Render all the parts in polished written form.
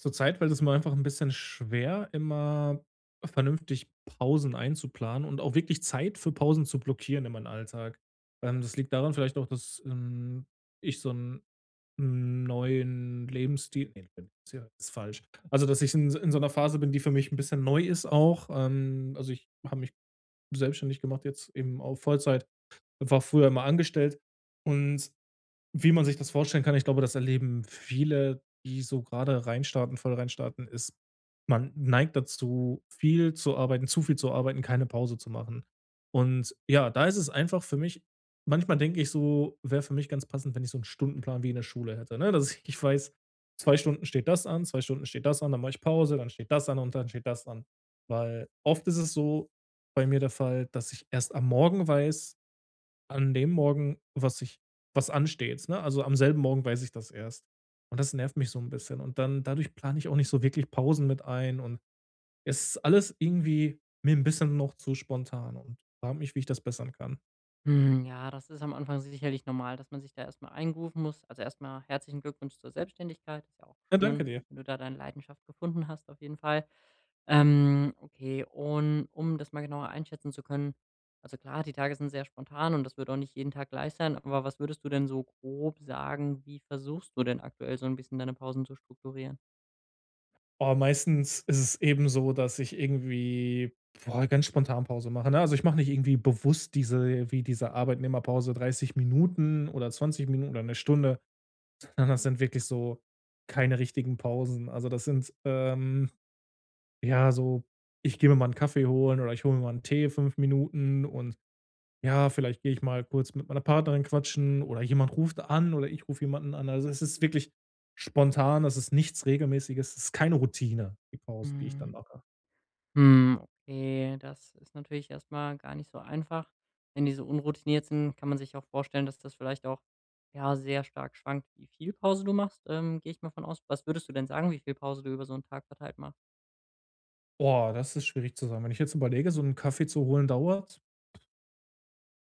Zurzeit fällt es mir einfach ein bisschen schwer, immer vernünftig Pausen einzuplanen und auch wirklich Zeit für Pausen zu blockieren in meinem Alltag. Das liegt daran vielleicht auch, dass ich so einen neuen Lebensstil, ne, Lebensstil ist falsch. Also, dass ich in so einer Phase bin, die für mich ein bisschen neu ist auch. Also, ich habe mich selbstständig gemacht, jetzt eben auf Vollzeit, war früher immer angestellt, und wie man sich das vorstellen kann, ich glaube, das erleben viele, die so gerade reinstarten, voll reinstarten, ist, man neigt dazu, viel zu arbeiten, zu viel zu arbeiten, keine Pause zu machen. Und ja, da ist es einfach für mich, manchmal denke ich so, wäre für mich ganz passend, wenn ich so einen Stundenplan wie in der Schule hätte, ne? Dass ich weiß, 2 Stunden steht das an, 2 Stunden steht das an, dann mache ich Pause, dann steht das an und dann steht das an. Weil oft ist es so bei mir der Fall, dass ich erst am Morgen weiß, an dem Morgen, was ansteht, ne? Also, am selben Morgen weiß ich das erst. Und das nervt mich so ein bisschen. Und dann dadurch plane ich auch nicht so wirklich Pausen mit ein, und es ist alles irgendwie mir ein bisschen noch zu spontan, und frage mich, wie ich das bessern kann. Ja, das ist am Anfang sicherlich normal, dass man sich da erstmal mal eingrooven muss. Also, erstmal herzlichen Glückwunsch zur Selbstständigkeit. Ist ja auch Ja, schön, danke dir. wenn du da deine Leidenschaft gefunden hast auf jeden Fall. Okay, und um das mal genauer einschätzen zu können, also klar, die Tage sind sehr spontan und das wird auch nicht jeden Tag gleich sein, aber was würdest du denn so grob sagen, wie versuchst du denn aktuell so ein bisschen deine Pausen zu strukturieren? Oh, meistens ist es eben so, dass ich irgendwie, boah, ganz spontan Pause mache, ne? Also, ich mache nicht irgendwie bewusst diese, wie diese Arbeitnehmerpause, 30 Minuten oder 20 Minuten oder eine Stunde, sondern das sind wirklich so keine richtigen Pausen. Also, das sind, ja, so, ich gehe mir mal einen Kaffee holen oder ich hole mir mal einen Tee, 5 Minuten, und ja, vielleicht gehe ich mal kurz mit meiner Partnerin quatschen oder jemand ruft an oder ich rufe jemanden an. Also, es ist wirklich spontan, das ist nichts Regelmäßiges, es ist keine Routine, die Pause, die ich dann mache. Okay, das ist natürlich erstmal gar nicht so einfach. Wenn die so unroutiniert sind, kann man sich auch vorstellen, dass das vielleicht auch, ja, sehr stark schwankt, wie viel Pause du machst, gehe ich mal von aus. Was würdest du denn sagen, wie viel Pause du über so einen Tag verteilt machst? Boah, das ist schwierig zu sagen. Wenn ich jetzt überlege, so einen Kaffee zu holen dauert,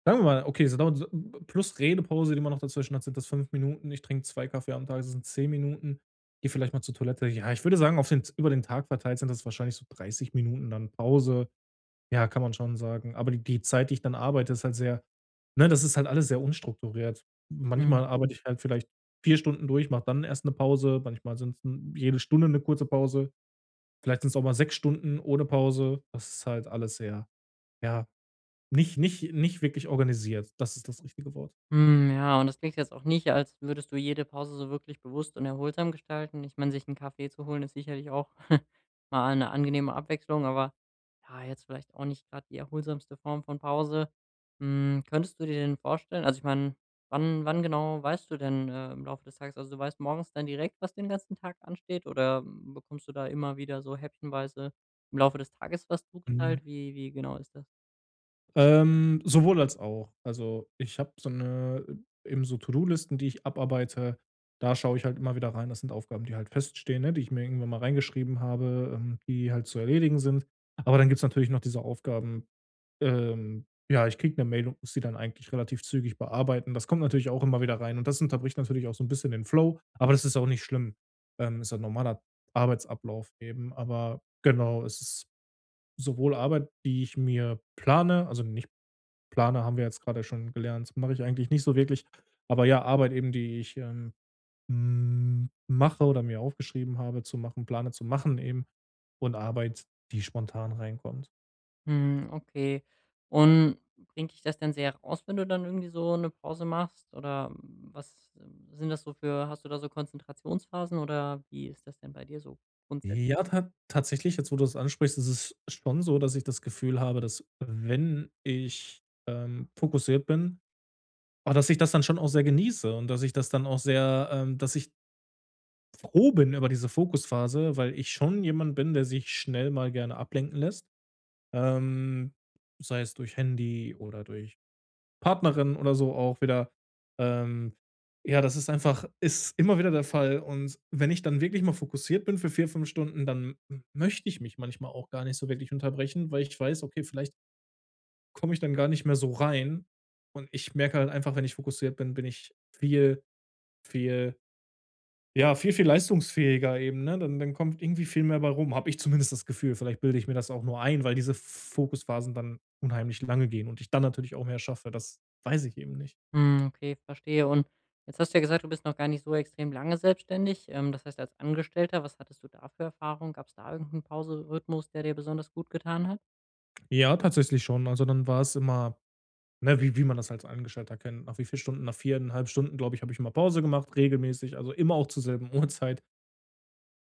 sagen wir mal, okay, so dauert so plus Redepause, die man noch dazwischen hat, sind das 5 Minuten. Ich trinke 2 Kaffee am Tag, das sind 10 Minuten. Gehe vielleicht mal zur Toilette. Ja, ich würde sagen, auf den, über den Tag verteilt sind das wahrscheinlich so 30 Minuten dann Pause. Ja, kann man schon sagen. Aber die Zeit, die ich dann arbeite, ist halt sehr, ne, das ist halt alles sehr unstrukturiert. Manchmal arbeite ich halt vielleicht 4 Stunden durch, mache dann erst eine Pause. Manchmal sind 'n jede Stunde eine kurze Pause. Vielleicht sind es auch mal 6 Stunden ohne Pause. Das ist halt alles sehr, ja, nicht wirklich organisiert, das ist das richtige Wort. Ja, und das klingt jetzt auch nicht, als würdest du jede Pause so wirklich bewusst und erholsam gestalten. Ich meine, sich einen Kaffee zu holen, ist sicherlich auch mal eine angenehme Abwechslung, aber ja, jetzt vielleicht auch nicht gerade die erholsamste Form von Pause. Könntest du dir denn vorstellen, also ich meine, wann genau weißt du denn, im Laufe des Tages, also du weißt morgens dann direkt, was den ganzen Tag ansteht oder bekommst du da immer wieder so häppchenweise im Laufe des Tages was Mhm. zugeteilt? Wie genau ist das? Sowohl als auch. Also, ich habe so 'ne, eben so, To-do-Listen, die ich abarbeite. Da schaue ich halt immer wieder rein. Das sind Aufgaben, die halt feststehen, ne, die ich mir irgendwann mal reingeschrieben habe, die halt zu erledigen sind. Aber dann gibt's natürlich noch diese Aufgaben. Ja, ich kriege eine Mail und muss die dann eigentlich relativ zügig bearbeiten. Das kommt natürlich auch immer wieder rein und das unterbricht natürlich auch so ein bisschen den Flow, aber das ist auch nicht schlimm. Ist ein normaler Arbeitsablauf eben, aber genau, es ist sowohl Arbeit, die ich mir plane, also nicht plane, haben wir jetzt gerade schon gelernt, das mache ich eigentlich nicht so wirklich, aber ja, Arbeit eben, die ich, mache oder mir aufgeschrieben habe zu machen, plane zu machen eben, und Arbeit, die spontan reinkommt. Okay. Und bringt dich das denn sehr raus, wenn du dann irgendwie so eine Pause machst? Oder was sind das so für, hast du da so Konzentrationsphasen oder wie ist das denn bei dir so grundsätzlich? Ja, ta tatsächlich, jetzt wo du das ansprichst, ist es schon so, dass ich das Gefühl habe, dass wenn ich, fokussiert bin, aber dass ich das dann schon auch sehr genieße, und dass ich das dann auch sehr, dass ich froh bin über diese Fokusphase, weil ich schon jemand bin, der sich schnell mal gerne ablenken lässt, ähm, sei es durch Handy oder durch Partnerin oder so auch wieder. Ähm, ja, das ist einfach, ist immer wieder der Fall, und wenn ich dann wirklich mal fokussiert bin für vier, 5 Stunden, dann m möchte ich mich manchmal auch gar nicht so wirklich unterbrechen, weil ich weiß, okay, vielleicht komme ich dann gar nicht mehr so rein, und ich merke halt einfach, wenn ich fokussiert bin, bin ich viel, viel, ja, viel, viel leistungsfähiger eben, ne? Dann kommt irgendwie viel mehr bei rum, habe ich zumindest das Gefühl. Vielleicht bilde ich mir das auch nur ein, weil diese Fokusphasen dann unheimlich lange gehen und ich dann natürlich auch mehr schaffe. Das weiß ich eben nicht. Okay, verstehe. Und jetzt hast du ja gesagt, du bist noch gar nicht so extrem lange selbstständig. Das heißt, als Angestellter, was hattest du da für Erfahrung? Gab es da irgendeinen 'n der dir besonders gut getan hat? Ja, tatsächlich schon. Also, dann war es immer, ne, wie wie man das als Angestellter kennt. Nach wie viel Stunden? Nach 4,5 Stunden, glaube ich, habe ich immer Pause gemacht, regelmäßig, also immer auch zur selben Uhrzeit.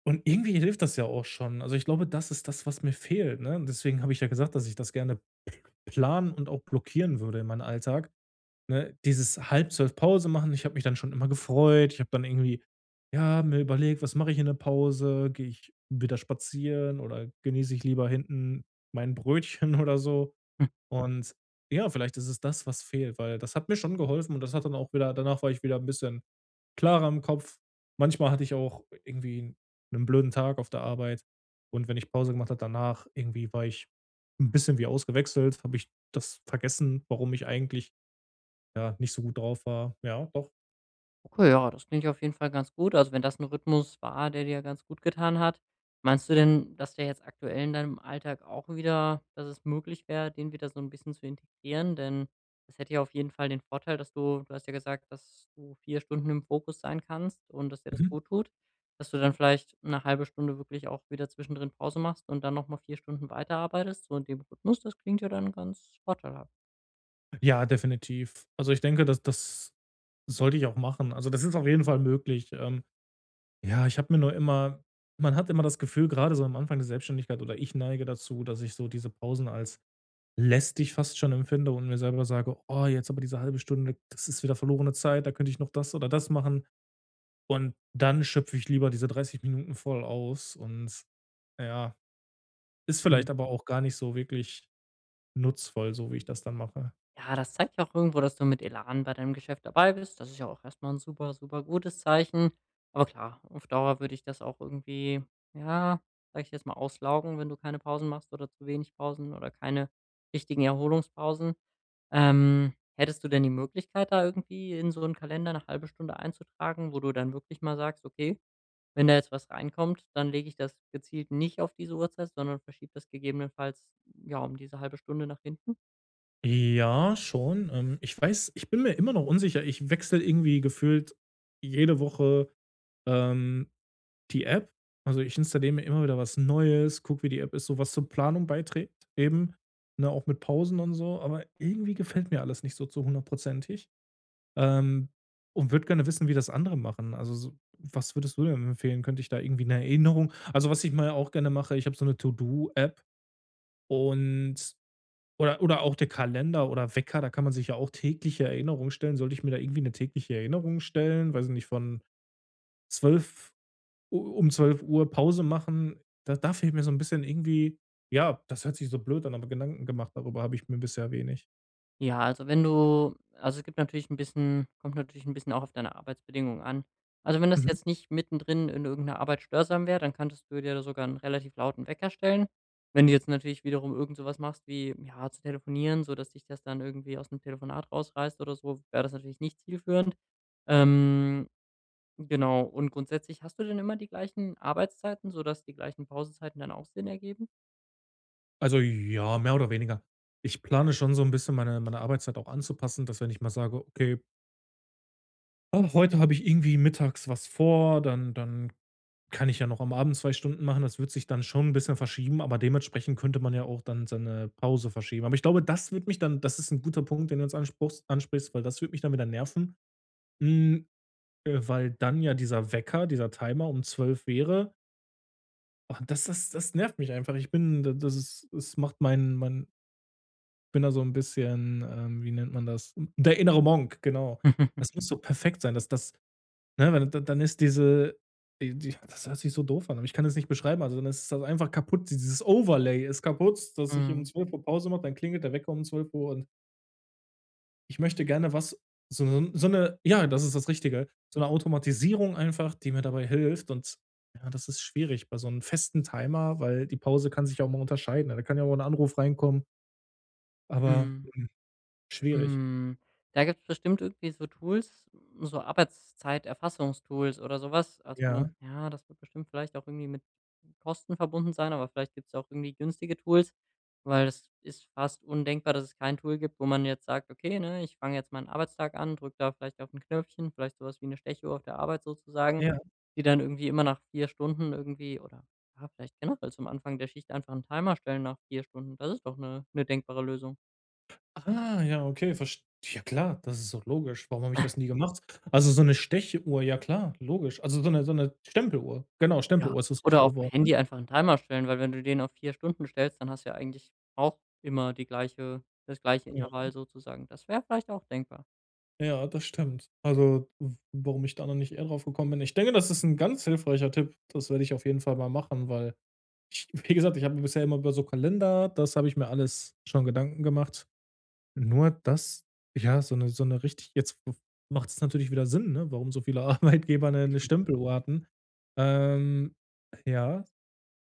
Und irgendwie hilft das ja auch schon. Also, ich glaube, das ist das, was mir fehlt, ne? Und deswegen habe ich ja gesagt, dass ich das gerne planen und auch blockieren würde in meinem Alltag, ne? Dieses halb zwölf Pause machen, ich habe mich dann schon immer gefreut. Ich habe dann irgendwie, ja, mir überlegt: „Was mache ich in der Pause? Gehe ich wieder spazieren oder genieße ich lieber hinten mein Brötchen oder so?" Und ja, vielleicht ist es das, was fehlt, weil das hat mir schon geholfen und das hat dann auch wieder, danach war ich wieder ein bisschen klarer im Kopf. Manchmal hatte ich auch irgendwie einen blöden Tag auf der Arbeit, und wenn ich Pause gemacht habe danach, irgendwie war ich ein bisschen wie ausgewechselt, habe ich das vergessen, warum ich eigentlich, ja, nicht so gut drauf war. Ja, doch. Okay, ja, das klingt ja auf jeden Fall ganz gut. Also wenn das ein Rhythmus war, der dir ganz gut getan hat, meinst du denn, dass der jetzt aktuell in deinem Alltag auch wieder, dass es möglich wäre, den wieder so ein bisschen zu integrieren? Denn das hätte ja auf jeden Fall den Vorteil, dass du hast ja gesagt, dass du 4 Stunden im Fokus sein kannst und dass dir das Mhm. gut tut, dass du dann vielleicht eine halbe Stunde wirklich auch wieder zwischendrin Pause machst und dann nochmal 4 Stunden weiterarbeitest, so in dem Rhythmus. Das klingt ja dann ganz vorteilhaft. Ja, definitiv. Also, ich denke, dass das sollte ich auch machen. Also, das ist auf jeden Fall möglich. Ja, ich habe mir nur immer, man hat immer das Gefühl, gerade so am Anfang der Selbstständigkeit, oder ich neige dazu, dass ich so diese Pausen als lästig fast schon empfinde und mir selber sage: „Oh, jetzt aber diese halbe Stunde, das ist wieder verlorene Zeit, da könnte ich noch das oder das machen." Und dann schöpfe ich lieber diese 30 Minuten voll aus, und ja, ist vielleicht aber auch gar nicht so wirklich nutzvoll, so wie ich das dann mache. Ja, das zeigt ja auch irgendwo, dass du mit Elan bei deinem Geschäft dabei bist. Das ist ja auch erstmal ein super, super gutes Zeichen. Aber klar, auf Dauer würde ich das auch irgendwie, ja, sage ich jetzt mal, auslaugen, wenn du keine Pausen machst oder zu wenig Pausen oder keine richtigen Erholungspausen. Hättest du denn die Möglichkeit, da irgendwie in so einen Kalender eine halbe Stunde einzutragen, wo du dann wirklich mal sagst: „Okay, wenn da jetzt was reinkommt, dann lege ich das gezielt nicht auf diese Uhrzeit, sondern verschiebe das gegebenenfalls, ja, um diese halbe Stunde nach hinten?“ Ja, schon. Ich weiß, ich bin mir immer noch unsicher. Ich wechsle irgendwie gefühlt jede Woche, ähm, die App? Also, ich installiere mir immer wieder was Neues, gucke, wie die App ist, so was zur Planung beiträgt eben, ne, auch mit Pausen und so, aber irgendwie gefällt mir alles nicht so zu hundertprozentig, ähm, und würde gerne wissen, wie das andere machen. Also, so was würdest du denn empfehlen? Könnte ich da irgendwie eine Erinnerung, also, was ich mal auch gerne mache, ich habe so eine To-Do-App, und oder auch der Kalender oder Wecker, da kann man sich ja auch tägliche Erinnerungen stellen. Sollte ich mir da irgendwie eine tägliche Erinnerung stellen? Weiß ich nicht, von zwölf, u um zwölf Uhr Pause machen, da fehlt mir so ein bisschen irgendwie, ja, das hört sich so blöd an, aber Gedanken gemacht darüber habe ich mir bisher wenig. Ja, also wenn du, also es gibt natürlich ein bisschen, kommt natürlich ein bisschen auch auf deine Arbeitsbedingungen an. Also, wenn das Mhm. jetzt nicht mittendrin in irgendeiner Arbeit störsam wäre, dann könntest du dir da sogar einen relativ lauten Wecker stellen. Wenn du jetzt natürlich wiederum irgend so was machst wie, ja, zu telefonieren, so dass dich das dann irgendwie aus dem Telefonat rausreißt oder so, wäre das natürlich nicht zielführend. Ähm, genau, und grundsätzlich hast du denn immer die gleichen Arbeitszeiten, sodass die gleichen Pausenzeiten dann auch Sinn ergeben? Also, ja, mehr oder weniger. Ich plane schon so ein bisschen meine Arbeitszeit auch anzupassen, dass wenn ich mal sage: „Okay, ah, heute habe ich irgendwie mittags was vor", dann kann ich ja noch am Abend 2 Stunden machen. Das wird sich dann schon ein bisschen verschieben, aber dementsprechend könnte man ja auch dann seine Pause verschieben. Aber ich glaube, das wird mich dann, das ist ein guter Punkt, den du jetzt anspruchst ansprichst, weil das wird mich dann wieder nerven. Hm, weil dann ja dieser Wecker, dieser Timer um 12 wäre. Oh, das nervt mich einfach. Ich bin, d das ist, es macht mein, ich bin da so 'n bisschen, wie nennt man das? Der innere Monk, genau. Das muss so perfekt sein, dass das, ne, weil da dann ist diese, die das hört sich so doof an, aber ich kann es nicht beschreiben. Also, dann ist das einfach kaputt. Dieses Overlay ist kaputt, dass ich um Mhm. 12:00 Pause mache, dann klingelt der Wecker um 12 Uhr, und ich möchte gerne was, so 'ne ja, das ist das Richtige. So eine Automatisierung einfach, die mir dabei hilft, und ja, das ist schwierig bei so einem festen Timer, weil die Pause kann sich ja auch mal unterscheiden. Da kann ja auch mal ein Anruf reinkommen, aber, Mhm. hm, schwierig. Hm, Da gibt's bestimmt irgendwie so Tools, so Arbeitszeiterfassungstools oder sowas. Also, Ja, ja, das wird bestimmt vielleicht auch irgendwie mit Kosten verbunden sein, aber vielleicht gibt's auch irgendwie günstige Tools, weil es ist fast undenkbar, dass es kein Tool gibt, wo man jetzt sagt: „Okay, ne, ich fange jetzt meinen Arbeitstag an, drücke da vielleicht auf ein Knöpfchen“, vielleicht sowas wie eine Stechuhr auf der Arbeit sozusagen, ja. die dann irgendwie immer nach 4 Stunden irgendwie oder, ja, vielleicht generell zum Anfang der Schicht einfach einen Timer stellen nach 4 Stunden. Das ist doch eine denkbare Lösung. Ah, ja, okay, verst ja klar, das ist doch logisch. Warum habe ich das nie gemacht? Also, so eine Stechuhr, ja klar, logisch. Also, so eine Stempeluhr. Genau, Ja, Stempeluhr ist das oder auf richtige dem Wort, ne? Handy einfach 'n Timer stellen, weil wenn du den auf 4 Stunden stellst, dann hast du ja eigentlich auch immer die gleiche das gleiche Ja. Intervall sozusagen. Das wäre vielleicht auch denkbar. Ja, das stimmt. Also, w warum ich da noch nicht eher drauf gekommen bin. Ich denke, das ist ein ganz hilfreicher Tipp. Das werde ich auf jeden Fall mal machen, weil ich, wie gesagt, ich habe mir bisher immer über so Kalender, das habe ich mir alles schon Gedanken gemacht. Nur das, ja, so eine richtig jetzt, macht es natürlich wieder Sinn, ne, warum so viele Arbeitgeber eine 'ne Stempeluhr hatten. Ähm, ja,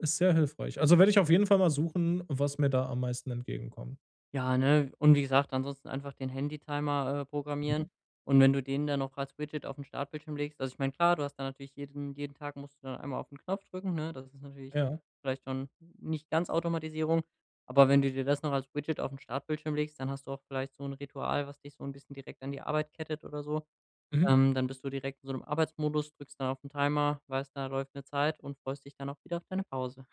ist sehr hilfreich. Also, werde ich auf jeden Fall mal suchen, was mir da am meisten entgegenkommt. Ja, ne, und wie gesagt, ansonsten einfach den Handy-Timer programmieren Mhm. und wenn du den dann noch als Widget auf 'n Startbildschirm legst, also ich meine, klar, du hast dann natürlich, jeden Tag musst du dann einmal auf 'n Knopf drücken, ne? Das ist natürlich Ja. vielleicht schon nicht ganz Automatisierung, aber wenn du dir das noch als Widget auf 'n Startbildschirm legst, dann hast du auch vielleicht so 'n Ritual, was dich so 'n bisschen direkt an die Arbeit kettet oder so. Mhm. Dann bist du direkt in so einem Arbeitsmodus, drückst dann auf den Timer, weißt, da läuft eine Zeit und freust dich dann auch wieder auf deine Pause.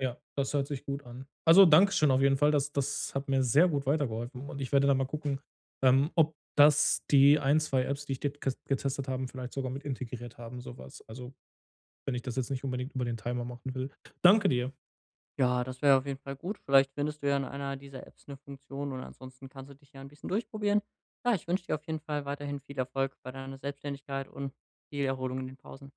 Ja, das hört sich gut an. Also, Dankeschön auf jeden Fall. Das, das hat mir sehr gut weitergeholfen, und ich werde da mal gucken, ob das, die ein, 2 Apps, die ich det getestet haben, vielleicht sogar mit integriert haben, sowas. Also, wenn ich das jetzt nicht unbedingt über den Timer machen will. Danke dir. Ja, das wäre auf jeden Fall gut. Vielleicht findest du ja in einer dieser Apps eine Funktion und ansonsten kannst du dich ja ein bisschen durchprobieren. Ja, ich wünsche dir auf jeden Fall weiterhin viel Erfolg bei deiner Selbstständigkeit und viel Erholung in den Pausen.